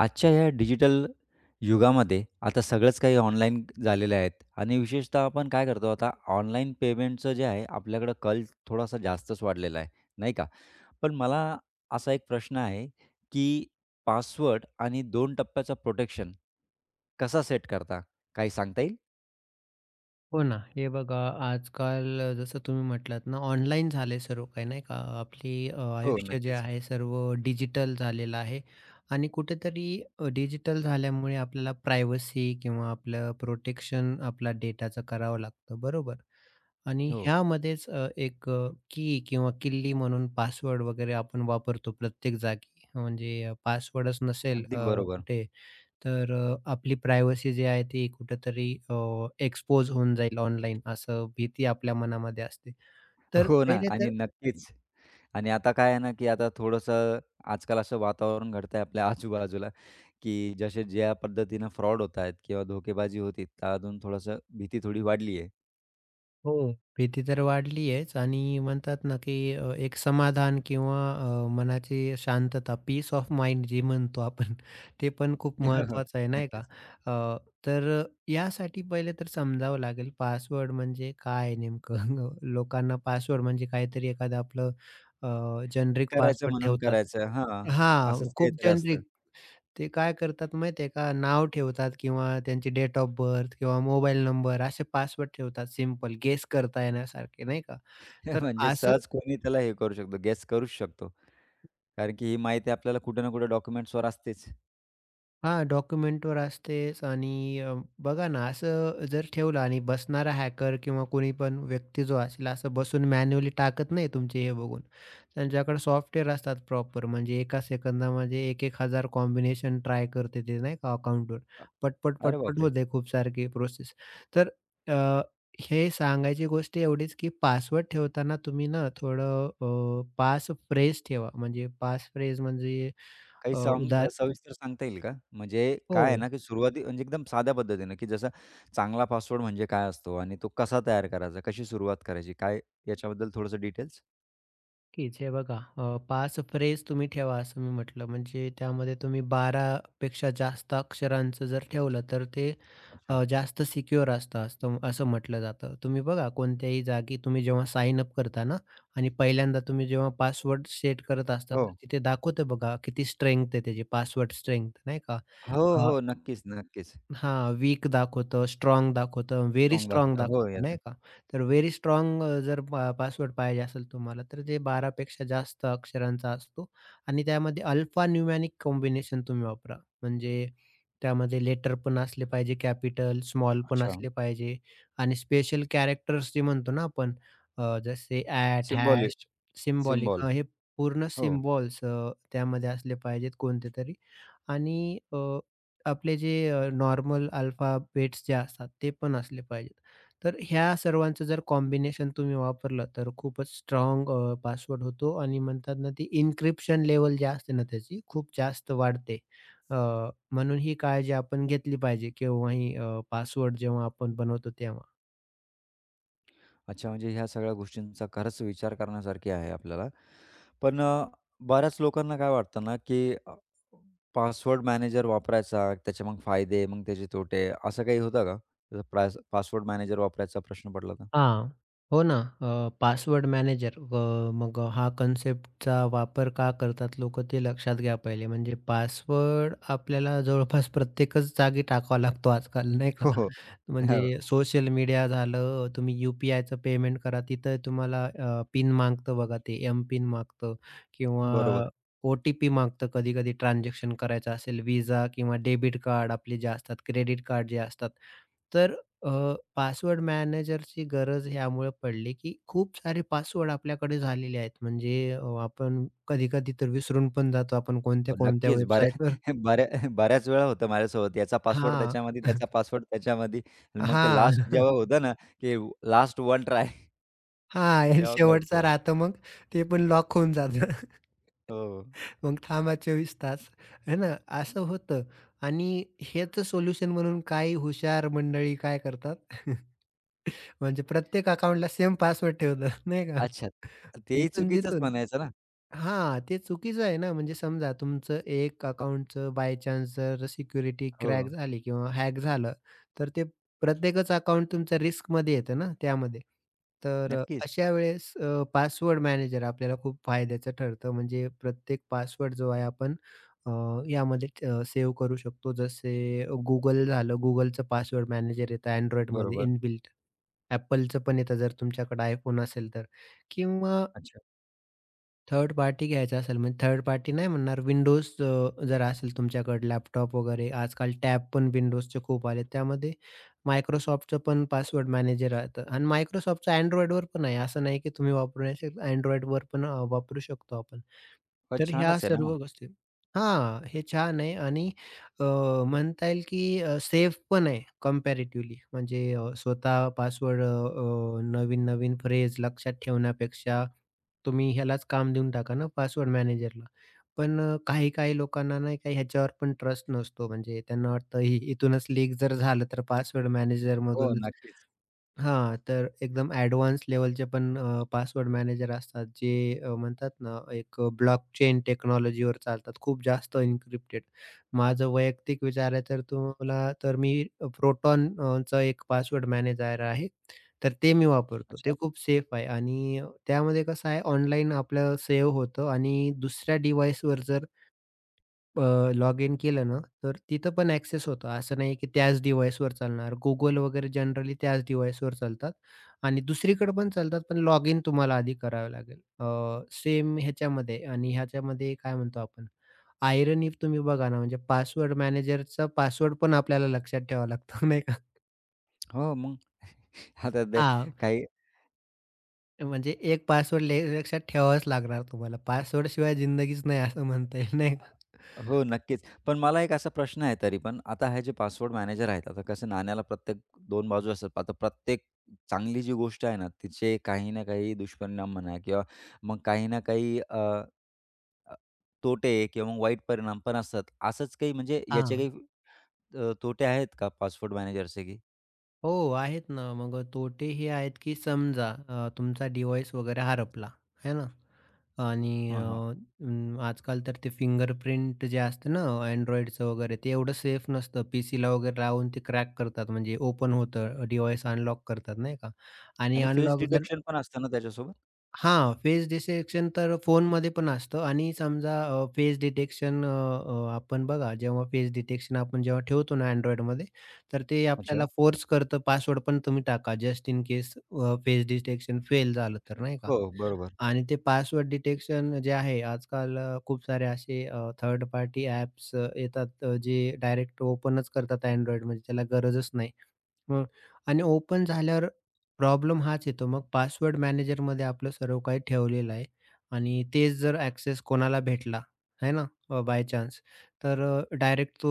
आजच्या या डिजिटल युगामध्ये आता सगळंच काही ऑनलाईन झालेलं आहेत आणि विशेषतः आपण काय करतो आता ऑनलाईन पेमेंटचं जे आहे आपल्याकडं कल थोडासा जास्तच वाढलेला आहे नाही का? पण मला असा एक प्रश्न आहे, की पासवर्ड आणि दोन टप्प्याचं प्रोटेक्शन कसा सेट करता? काही सांगता येईल? हो ना. हे बघा आजकाल जसं तुम्ही म्हटलात ना, ऑनलाईन झाले सर्व काही नाही का? आपली हो. हो, आयुष्य जे नक्कीच. आहे सर्व डिजिटल झालेलं आहे आणि कुठेतरी डिजिटल झाल्यामुळे आपल्याला प्रायव्हसी किंवा आपलं प्रोटेक्शन आपला डेटाचं करावं लागतं, बरोबर? आणि हो, ह्यामध्येच एक की किंवा किल्ली म्हणून पासवर्ड वगैरे आपण वापरतो प्रत्येक जागी. म्हणजे पासवर्डच नसेल अगदी बरोबर. कुठे तर आपली प्रायव्हसी जी आहे ती कुठेतरी एक्सपोज होऊन जाईल ऑनलाईन असं भीती आपल्या मनामध्ये असते. तर हो ना पहिले आणि तर नक्कीच. आणि आता काय आहे ना, की आता थोडंसं आजकाल असं वातावरण घडतंय आपल्या आजूबाजूला, की जसे ज्या पद्धतीनं फ्रॉड होत आहेत किंवा धोकेबाजी होती, तर अजून थोडंसं भीती थोडी वाढली आहे. हो, भीती तर वाढली आहेच आणि म्हणतात ना, की एक समाधान किंवा मनाची शांतता, पीस ऑफ माइंड जे म्हणतो आपण, ते पण खूप हो, हो. महत्त्वाचं आहे, नाही का? नक्कीच. अ, तर अ, यासाठी पहिले तर समजावं लागेल, पासवर्ड म्हणजे काय नेमकं? लोकांना पासवर्ड म्हणजे काहीतरी एखादं आपलं अ, जेनेरिक करायचं पासवर्ड म्हणून ठेवतात. करायचं. हां, असंच हां, खूप काहीतरी असतं. जेनेरिक. ते काय करतात माहिती आहे का? नाव ठेवतात किंवा त्यांची डेट ऑफ बर्थ किंवा मोबाईल नंबर असे पासवर्ड ठेवतात सिंपल गेस करता येण्यासारखे, नाही का? तर म्हणजे असं सहज कोणी त्याला हे करू शकतो, गेस करूच शकतो. कारण की ही माहिती आपल्याला कुठे ना कुठे डॉक्युमेंट्सवर असतेच. हां, डॉक्युमेंटवर असतेच आणि बघा ना, असं जर ठेवलं आणि बसणारा हॅकर किंवा कोणी पण व्यक्ती जो असेल, असं बसून मॅन्युअली टाकत नाही तुमचे हे बघून. त्यांच्याकडे सॉफ्टवेअर असतात प्रॉपर, म्हणजे एका सेकंदामध्ये एक 1000 कॉम्बिनेशन ट्राय करते ते नाही का अकाउंटवर. अ- पटपट, अरे पटपट बापरे! होते खूप सारखी प्रोसेस. तर अ, हे सांगायची गोष्ट एवढीच, की पासवर्ड ठेवताना तुम्ही ना थोडं पासफ्रेज ठेवा. म्हणजे पासफ्रेज म्हणजे काही सांग उदा सविस्तर सांगता येईल का? म्हणजे काय आहे हो. ना, की सुरुवाती म्हणजे एकदम साध्या पद्धतीनं, की जसं चांगला पासवर्ड म्हणजे काय असतो आणि तो कसा तयार करायचा? कशी सुरुवात करायची? काय याच्याबद्दल थोडंसं डिटेल्स? नक्कीच. हे बघा 5 फ्रेज तुम्ही ठेवा असं मी म्हटलं. म्हणजे त्यामध्ये तुम्ही 12 पेक्षा जास्त अक्षरांचं जर ठेवलं, तर ते अच्छा. जास्त सिक्युअर असतं असतं असं म्हटलं जातं. तुम्ही बघा कोणत्याही जागी तुम्ही जेव्हा साइन अप करता ना आणि पहिल्यांदा तुम्ही जेव्हा पासवर्ड सेट करत असता, तर हो. तिथे दाखवतं बघा किती स्ट्रेंग्थ आहे त्याची पासवर्ड स्ट्रेंग्थ नाही का? हो, अ, हो. नक्कीच, नक्कीच. हां, वीक दाखवतं, स्ट्राँग दाखवतं, व्हेरी रॉन्ग स्ट्राँग दाखवता. हो, दाखवतं, येतं. नाही का? तर व्हेरी स्ट्राँग जर पासवर्ड पाहिजे असेल तुम्हाला, तर ते 12 पेक्षा जास्त अक्षरांचा असतो आणि त्यामध्ये अल्फान्यूमॅनिक कॉम्बिनेशन तुम्ही वापरा. म्हणजे त्यामध्ये लेटर पण असले पाहिजे कॅपिटल, स्मॉल पण अच्छा. असले पाहिजे आणि स्पेशल कॅरेक्टर्स जे म्हणतो ना आपण जसे at, symbol hash, symbolic symbol. हे पूर्ण हो. सिम्बॉल्स त्यामध्ये असले पाहिजेत कोणतेतरी आणि आपले जे नॉर्मल अल्फा बेट्स जे असतात ते पण असले पाहिजेत. तर ह्या सर्वांचं जर कॉम्बिनेशन तुम्ही वापरलं तर खूपच स्ट्रॉंग पासवर्ड होतो आणि म्हणतात ना ती एन्क्रिप्शन लेवल जी असते ना त्याची खूप जास्त वाढते. अ, म्हणून ही काळजी आपण घेतली पाहिजे केव्हाही पासवर्ड जेव्हा आपण बनवतो तेव्हा. अच्छा, म्हणजे ह्या सगळ्या गोष्टींचा खरंच विचार करण्यासारखी आहे आपल्याला. पण बऱ्याच लोकांना काय वाटतं ना, की पासवर्ड मॅनेजर वापरायचा, त्याचे मग फायदे, मग त्याचे तोटे, असं काही होतं का? जसं प्रास पासवर्ड मॅनेजर वापरायचा प्रश्न पडला तर? हां. हो ना. अ, पासवर्ड मॅनेजर मग हा कन्सेप्टचा वापर का करतात लोकं ते लक्षात घ्या पहिले. म्हणजे पासवर्ड आपल्याला जवळपास प्रत्येकच जागी टाकावा लागतो आजकाल नाही का? हो, हो. हो, म्हणजे सोशल मीडिया झालं, तुम्ही यू पी पेमेंट करा, तिथं तुम्हाला पिन मागतं बघा ते एम-पिन मागतं किंवा बरोबर. ओ-टी-पी मागतं कधी-कधी ट्रान्झॅक्शन करायचं असेल, व्हिसा किंवा डेबिट कार्ड आपले जे असतात, क्रेडिट कार्ड जे असतात. तर पासवर्ड मॅनेजरची गरज ह्यामुळे पडली, की खूप सारे पासवर्ड आपल्याकडे झालेले आहेत. म्हणजे आपण कधी-कधी तर विसरून पण जातो आपण हो, कोणत्या-कोणत्या नक्कीच. बऱ्या वेबसाईटवर बऱ्याच वेळा होतं माझ्यासोबत. याचा पासवर्ड हां. त्याच्यामध्ये, त्याचा पासवर्ड त्याच्यामध्ये आणि मग ते हां. लास्ट जेव्हा होतं ना, की लास्ट वन ट्राय हां, आणि तेव्हा शेवटचा कळतं. राहतं मग ते पण लॉक होऊन जातं. हो. मग थांबा 24 तास आहे ना, असं होतं आणि ह्याचं सोल्युशन म्हणून काही हुशार मंडळी काय करतात म्हणजे प्रत्येक अकाउंटला सेम पासवर्ड ठेवतात नाही का? अच्छा. तेही चुकीचंच इथून-तिथून म्हणायचं ना? हां, ते चुकीचं आहे ना, म्हणजे समजा तुमचं एक अकाउंटचं बाय चान्स जर सिक्युरिटी हो, क्रॅक झाली किंवा हॅक झालं, तर ते प्रत्येकच अकाउंट तुमचं रिस्कमध्ये येतं ना त्यामध्ये. तर अ, नक्कीच. अशा वेळेस अ, पासवर्ड मॅनेजर आपल्याला खूप फायद्याचं ठरतं. म्हणजे प्रत्येक पासवर्ड जो आहे आपण अ, यामध्ये सेव्ह करू शकतो. जसे Google झालं. Googleचं पासवर्ड मॅनेजर येतं Androidमध्ये बरोबर. इनबिल्ट. Appleचं पण येतं जर तुमच्याकडे iPhone असेल तर किंवा अच्छा. थर्ड पार्टी घ्यायचा असेल म्हणजे थर्ड पार्टी नाही म्हणणार Windows जर असेल तुमच्याकडे लॅपटॉप वगैरे आजकाल टॅब पण Windowsचे खूप आले. त्यामध्ये Microsoftचं पण पासवर्ड मॅनेजर राहतं आणि Microsoftचं Androidवर पण आहे. असं नाही की तुम्ही वापरू नाही शकता. Androidवर पण वापरू शकतो आपण. हो, तर ह्या छानच आहे ना मग. सर्व गोष्टी हां, हे छान आहे आणि अ, म्हणता येईल की सेफ पण आहे कंपॅरेटिव्हली. म्हणजे स्वतः पासवर्ड अ, अ, नवीन-नवीन फ्रेज लक्षात ठेवण्यापेक्षा तुम्ही ह्यालाच काम देऊन टाका ना पासवर्ड मॅनेजरला. पण काही-काही लोकांना नाही का ह्याच्यावर पण ट्रस्ट नसतो. म्हणजे त्यांना वाटतं इथूनच लीक जर झालं तर पासवर्ड हो. हो, मॅनेजरमधूनच नक्कीच. हां, तर एकदम ॲडव्हान्स लेव्हलचे पण पासवर्ड मॅनेजर असतात, जे म्हणतात ना, एक ब्लॉकचेन टेक्नॉलॉजीवर चालतात. खूप जास्त एन्क्रिप्टेड. माझं वैयक्तिक विचारायचं तर तुम्हाला तर मी प्रोटॉन चं एक पासवर्ड मॅनेजर आहे. तर ते मी वापरतो. ते अच्छा. खूप सेफ आहे आणि त्यामध्ये कसं आहे ऑनलाईन आपलं सेव्ह होतं आणि दुसऱ्या डिव्हाइसवर जर लॉग इन केलं ना, तर तिथं पण ॲक्सेस होतो. असं नाही की त्याच डिव्हाइसवर चालणार. Google वगैरे जनरली त्याच डिव्हाइसवर चालतात आणि दुसरीकडे पण चालतात, पण लॉग इन तुम्हाला आधी करावं लागेल. सेम ह्याच्यामध्ये आणि ह्याच्यामध्ये काय म्हणतो आपण आयरनी तुम्ही बघा ना, म्हणजे पासवर्ड मॅनेजरचा पासवर्ड पण आपल्याला लक्षात ठेवावा लागतो नाही का? हो, मग आता ते हां, काही म्हणजे एक पासवर्ड लक्षात ठेवावाच लागणार तुम्हाला. पासवर्डशिवाय जिंदगीच नाही असं म्हणता येईल नाही का? हो, नक्कीच. पण मला एक असा प्रश्न आहे तरी पण, आता हे जे पासवर्ड मॅनेजर आहेत, आता कसं नाण्याला प्रत्येक 2 बाजू असतात. आता प्रत्येक चांगली जी गोष्ट आहे ना, तिचे काही ना काही दुष्परिणाम म्हणा किंवा मग काही ना काही अ, अ, तोटे किंवा मग वाईट परिणाम पण असतात. असंच काही म्हणजे याचे हां. काही तोटे आहेत का पासवर्ड मॅनेजरचे की? हो, आहेत ना. मग तोटे हे आहेत, की समजा तुमचा डिव्हाइस वगैरे हरपला, है ना? आणि आजकाल तर ते फिंगरप्रिंट जे असतं ना Androidचं वगैरे, ते एवढं सेफ नसतं. पीसीला वगैरे लावून ते क्रॅक करतात, म्हणजे ओपन होतं, डिव्हाइस अनलॉक करतात, नाही का? आणि आणि फेस अनलॉक डिटेक्शन पण असतं ना त्याच्यासोबत? हां, फेस डिटेक्शन तर फोनमध्ये पण असतं आणि समजा अ, फेस डिटेक्शन अ, अ, आपण बघा जेव्हा फेस डिटेक्शन आपण जेव्हा ठेवतो ना Androidमध्ये, तर ते अच्छा. आपल्याला फोर्स करतं पासवर्ड पण तुम्ही टाका just in case face detection fail झालं तर नाही का? हो, बरोबर. आणि ते पासवर्ड डिटेक्शन जे आहे आजकाल खूप सारे असे थर्ड पार्टी ॲप्स येतात जे डायरेक्ट ओपनच करतात Androidमध्ये त्याला गरजच नाही. हं. आणि ओपन झाल्यावर प्रॉब्लेम हाच येतो मग पासवर्ड मॅनेजरमध्ये आपलं सर्व काही ठेवलेलं आहे आणि तेच जर ॲक्सेस कोणाला भेटला, आहे ना, बाय चान्स तर डायरेक्ट तो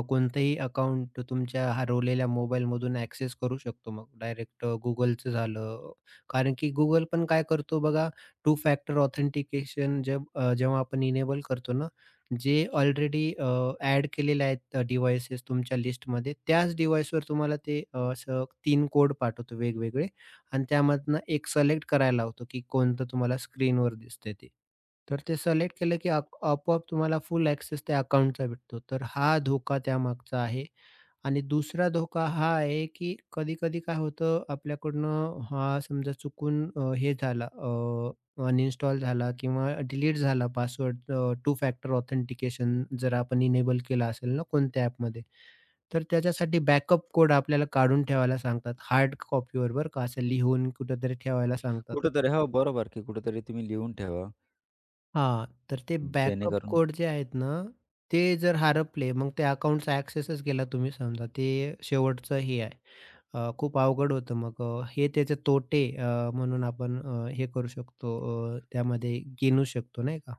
कोणतंही अकाउंट तुमच्या हरवलेल्या मोबाईलमधून ॲक्सेस करू शकतो मग डायरेक्ट Googleचं झालं. कारण की Google पण काय करतो बघा, टू फॅक्टर ऑथेंटिकेशन जे जेव्हा आपण इनेबल करतो ना, जे ऑलरेडी ॲड केलेले आहेत डिव्हाइसेस तुमच्या लिस्टमध्ये, त्याच डिव्हाइसवर तुम्हाला ते असं 3 कोड पाठवतो वेगवेगळे आणि त्यामधनं एक सिलेक्ट करायला लावतो, की कोणतं तुम्हाला स्क्रीनवर दिसतंय ते. तर ते सिलेक्ट केलं की आपोआप तुम्हाला फुल ॲक्सेस त्या अकाउंटचा भेटतो. तर हा धोका त्यामागचा आहे. आणि दुसरा धोका हा आहे, की कधी-कधी काय होतं आपल्याकडनं हा समजा चुकून अ, हे झाला अ, अनइन्स्टॉल झाला किंवा डिलीट झाला पासवर्ड टू फॅक्टर ऑथेंटिकेशन जर आपण इनेबल केला असेल ना कोणत्या ॲपमध्ये, तर त्याच्यासाठी बॅकअप कोड आपल्याला काढून ठेवायला सांगतात. हार्ड कॉपीवर बरं का, असं लिहून कुठेतरी ठेवायला सांगतात. कुठेतरी हो, बरोबर की कुठेतरी तुम्ही लिहून ठेवा, हां, तर ते बॅकअप जेणेकरून कोड जे आहेत ना, ते जर हरपले, मग ते अकाउंटचा ॲक्सेसच गेला तुम्ही समजा. ते शेवटचं हे आहे. खूप अवघड होतं मग हे त्याचे तोटे म्हणून आपण हे करू शकतो, त्यामध्ये गिनू शकतो नाही का?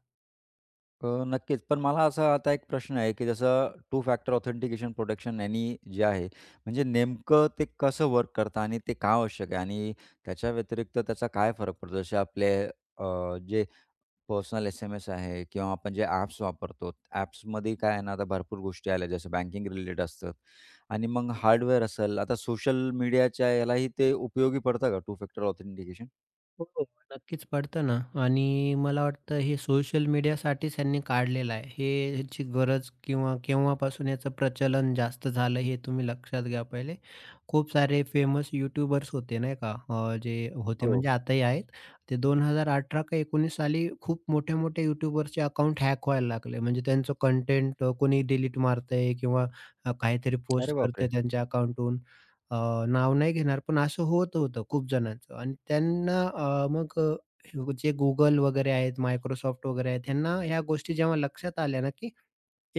नक्कीच. पण मला असा आता एक प्रश्न आहे, की जसं टू फॅक्टर ऑथेंटिकेशन प्रोटेक्शन यांनी जे आहे, म्हणजे नेमकं ते कसं वर्क करतं आणि ते का आवश्यक आहे? आणि त्याच्या व्यतिरिक्त त्याचा काय फरक पडतो? जसे आपले अ, जे पर्सनल एस-एम-एस आहे किंवा आपण जे ॲप्स वापरतो, ॲप्समध्ये काय आहे ना, आता भरपूर गोष्टी आल्या जसं बँकिंग रिलेटेड असतात आणि मग हार्डवेअर असेल. आता सोशल मीडियाच्या यालाही ते उपयोगी पडतं का टू फॅक्टर ऑथेंटिकेशन? हो, हो. नक्कीच पडतं ना आणि मला वाटतं हे सोशल मीडियासाठीच ह्यांनी काढलेलं आहे. हे ह्याची गरज किंवा केव्हापासून याचं प्रचलन जास्त झालं हे तुम्ही लक्षात घ्या पहिले. खूप सारे फेमस यूट्यूबर्स होते नाही का? जे होते हो. म्हणजे आताही आहेत. ते 2018 का 19 साली खूप मोठे-मोठे यूट्यूबर्सचे अकाउंट हॅक व्हायला लागले. म्हणजे त्यांचं कंटेंट कोणी डिलीट मारतंय किंवा काहीतरी अरे पोस्ट बापरे! करतंय त्यांच्या अकाउंटहून. नाव नाही घेणार, पण असं होत होतं खूप जणांचं आणि त्यांना मग हे जे Google वगैरे आहेत, Microsoft वगैरे आहेत, ह्यांना ह्या गोष्टी जेव्हा लक्षात आल्या ना, की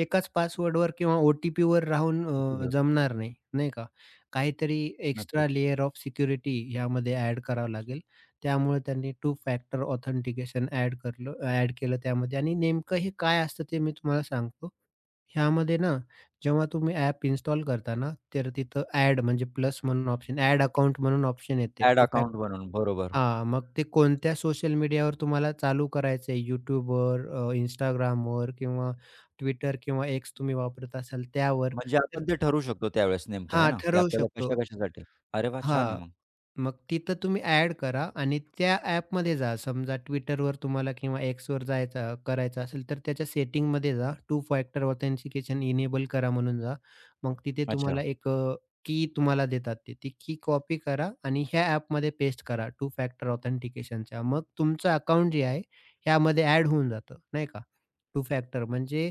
एकाच पासवर्डवर किंवा ओ-टी-पीवर राहून उपयोग जमणार नाही, नाही का? काहीतरी एक्स्ट्रा नक्कीच. लेयर ऑफ सिक्युरिटी ह्यामध्ये ॲड करावं लागेल. त्यामुळे त्यांनी टू फॅक्टर ऑथेंटिकेशन ॲड केलं त्यामध्ये आणि नेमकं हे काय असतं ते मी तुम्हाला सांगतो. ह्यामध्ये ना, जेव्हा तुम्ही ॲप इन्स्टॉल करता ना, तर तिथं ॲड म्हणजे प्लस म्हणून ऑप्शन ॲड अकाउंट म्हणून ऑप्शन येते. ॲड टू अकाउंट बनवून बरोबर. हां, मग ते कोणत्या सोशल मीडियावर तुम्हाला चालू करायचं आहे? YouTubeवर, Instagramवर किंवा Twitter किंवा X तुम्ही वापरत असाल त्यावर म्हणजे तर आपण ते ठरवू शकतो त्यावेळेस नेमकं आहे हां, ना, की ठरवू आपल्याला शकतो. कशा-कशासाठी. अरे वाह! छान आहे हां. मग. मग तिथं तुम्ही ॲड करा आणि त्या ॲपमध्ये जा. समजा Twitterवर तुम्हाला किंवा Xवर करायचं असेल, तर त्याच्या सेटिंगमध्ये जा. टू फॅक्टर ऑथेंटिकेशन इनेबल करा म्हणून जा. मग तिथे अच्छा, तुम्हाला एक की तुम्हाला देतात ते. ती की कॉपी करा आणि ह्या ॲपमध्ये पेस्ट करा टू फॅक्टर ऑथेंटिकेशनच्या. मग तुमचं अकाउंट जे आहे, ह्यामध्ये ॲड होऊन जातं, नाही का? टू फॅक्टर म्हणजे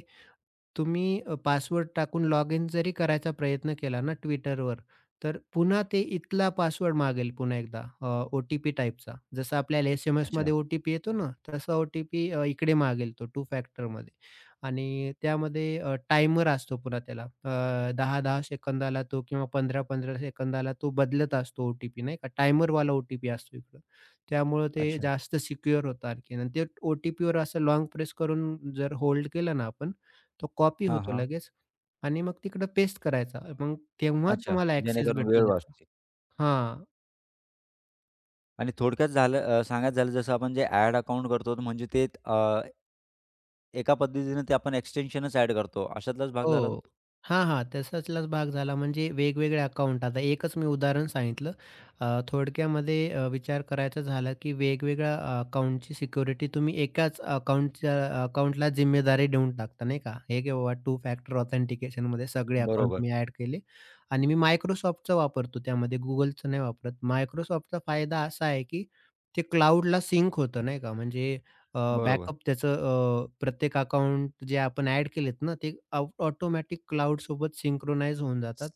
तुम्ही पासवर्ड टाकून लॉगिन जरी करायचा प्रयत्न केला ना Twitterवर, तर पुन्हा ते इथला पासवर्ड मागेल पुन्हा एकदा ओ-टी-पी टाइपचा. जसं आपल्याला अच्छा, एस-एम-एसमध्ये ओ-टी-पी येतो ना, तसा ओ-टी-पी इकडे मागेल तो टू फॅक्टरमध्ये आणि त्यामध्ये टायमर असतो पुन्हा त्याला. 10-10 सेकंदाला तो किंवा 15-15 सेकंदाला तो बदलत असतो ओ-टी-पी नाही का. टायमरवाला ओ-टी-पी असतो इकडं. त्यामुळं ते अच्छा. जास्त सिक्युअर होतं आणखीन आणि ते ओ-टी-पीवर असं लाँग प्रेस करून जर होल्ड केलं ना आपण, तो कॉपी हां, होतो हां. लगेच आणि मग तिकडं पेस्ट करायचा. मग तेव्हा अच्छा. तुम्हाला ॲक्सेस जेणेकरून भेटतो वेळ त्याचा. वाचते हां. आणि थोडक्यात झालं सांगायचं झालं जसं आपण जे ॲड अकाउंट करतो म्हणजे ते एका पद्धतीने ते आपण एक्सटेन्शनच ॲड करतो. अशातलाच भाग झाला तो? हो. हां, हां. तसाचलाच भाग झाला म्हणजे वेगवेगळे अकाउंट आता एकच मी उदाहरण सांगितलं. थोडक्यामध्ये विचार करायचा झाला, की वेगवेगळ्या अकाउंटची सिक्युरिटी तुम्ही एकाच अकाउंटच्या अकाउंटला जिम्मेदारी देऊन टाकता नाही का? हे किंवा टू फॅक्टर ऑथेंटिकेशनमध्ये सगळे अकाउंट बरोबर, मी ॲड केले आणि मी Microsoftचा वापरतो त्यामध्ये Googleचं नाही वापरत. Microsoftचा फायदा असा आहे, की ते क्लाउडला सिंक होतं नाही का म्हणजे बरोबर. बॅकअप त्याचं प्रत्येक अकाउंट जे आपण ॲड केलेत ना, ते ऑटोमॅटिक क्लाउडसोबत सिंक्रोनाइज होऊन जातात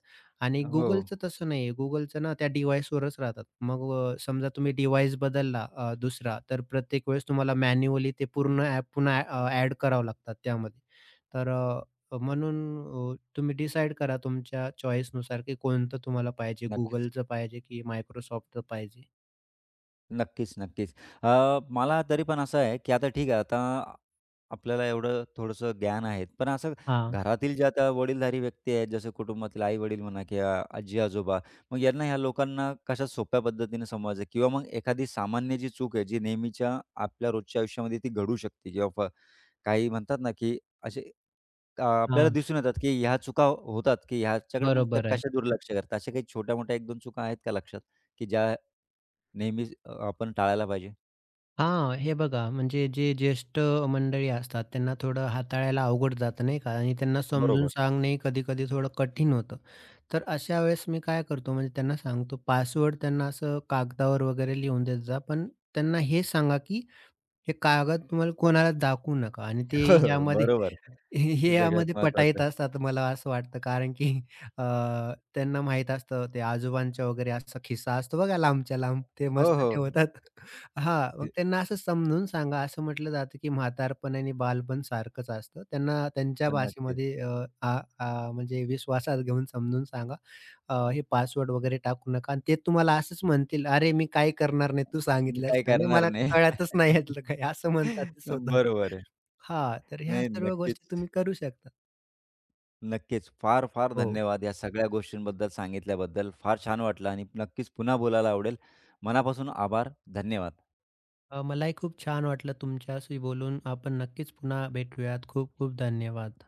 आणि हो, Googleचं तसं नाहीये. Googleचं ना त्या डिव्हाइसवरच राहतात. मग समजा तुम्ही डिव्हाइस बदलला दुसरा, तर प्रत्येक वेळेस तुम्हाला मॅन्युअली ते पूर्ण ॲप पुन्हा ॲड करावं लागतात त्यामध्ये. तर अ, म्हणून तुम्ही डिसाईड करा तुमच्या चॉईसनुसार की कोणतं तुम्हाला पाहिजे, नक्कीच. Googleचं पाहिजे की Microsoftचं पाहिजे? नक्कीच, नक्कीच. अ, मला तरी पण असं आहे, की आता ठीक आहे, आता आपल्याला एवढं थोडंसं ज्ञान आहे. पण असं हां, घरातील ज्या त्या वडीलधारी व्यक्ती आहेत, जसं कुटुंबातील आई-वडील म्हणा किंवा आजी-आजोबा, मग यांना ह्या लोकांना कशा सोप्या पद्धतीने समजायचं किंवा मग एखादी सामान्य जी चूक आहे, जी नेहमीच्या आपल्या रोजच्या आयुष्यामध्ये ती घडू शकते किंवा फ काही म्हणतात ना, की असे आपल्याला हां. दिसून येतात, की ह्या चुका होतात, की ह्याच्याकडे मग तर बरोबर आहे. कशा दुर्लक्ष करतात. अशा काही छोट्या-मोठ्या 1-2 चुका आहेत का लक्षात, की ज्या नेहमीच आपण टाळायला पाहिजे? हां, हे बघा म्हणजे जे ज्येष्ठ मंडळी असतात त्यांना थोडं हाताळायला अवघड जातं नाही का आणि त्यांना समजून बरोबर. सांगणे कधी-कधी थोडं कठीण होतं. तर अशा वेळेस मी काय करतो म्हणजे त्यांना सांगतो पासवर्ड त्यांना असं कागदावर वगैरे लिहून देत जा. पण त्यांना हे सांगा की हे कागद तुम्हाला कोणाला दाखवू नका आणि ते हो, हो. ह्यामध्ये बरोबर. हे हे सगळ्यात यामध्ये पटाईत महत्त्वाचं. असतात मला असं वाटतं. कारण की अ, त्यांना माहीत असतं ते आजोबांच्या वगैरे असा खिस्सा असतो बघा लांबच्या लांब ते हो, मस्त हो. ठेवतात. हां, मग ते त्यांना असं समजून सांगा असं म्हटलं जातं, की म्हातारपण आणि बालपण सारखंच असतं. त्यांना त्यांच्या नक्कीच. भाषेमध्ये म्हणजे विश्वासात घेऊन समजून सांगा. हे पासवर्ड वगैरे टाकू नका आणि ते तुम्हाला असंच म्हणतील, "अरे, मी काही करणार नाही तू मी काही सांगितल्याशिवाय ना करणार मला नाही. कळतच नाही यातलं काही." असं म्हणतात ते स्वतः. बरोबर आहे. हां, तर ह्या नाही सर्व गोष्टी नक्कीच, तुम्ही करू शकता. नक्कीच. फार, फार हो, धन्यवाद या सगळ्या गोष्टींबद्दल सांगितल्याबद्दल. फार छान वाटलं आणि नक्कीच पुन्हा बोलायला आवडेल. मनापासून आभार. धन्यवाद. मलाही खूप छान वाटलं तुमच्याशी बोलून. आपण नक्कीच पुन्हा भेटूयात. खूप खूप धन्यवाद.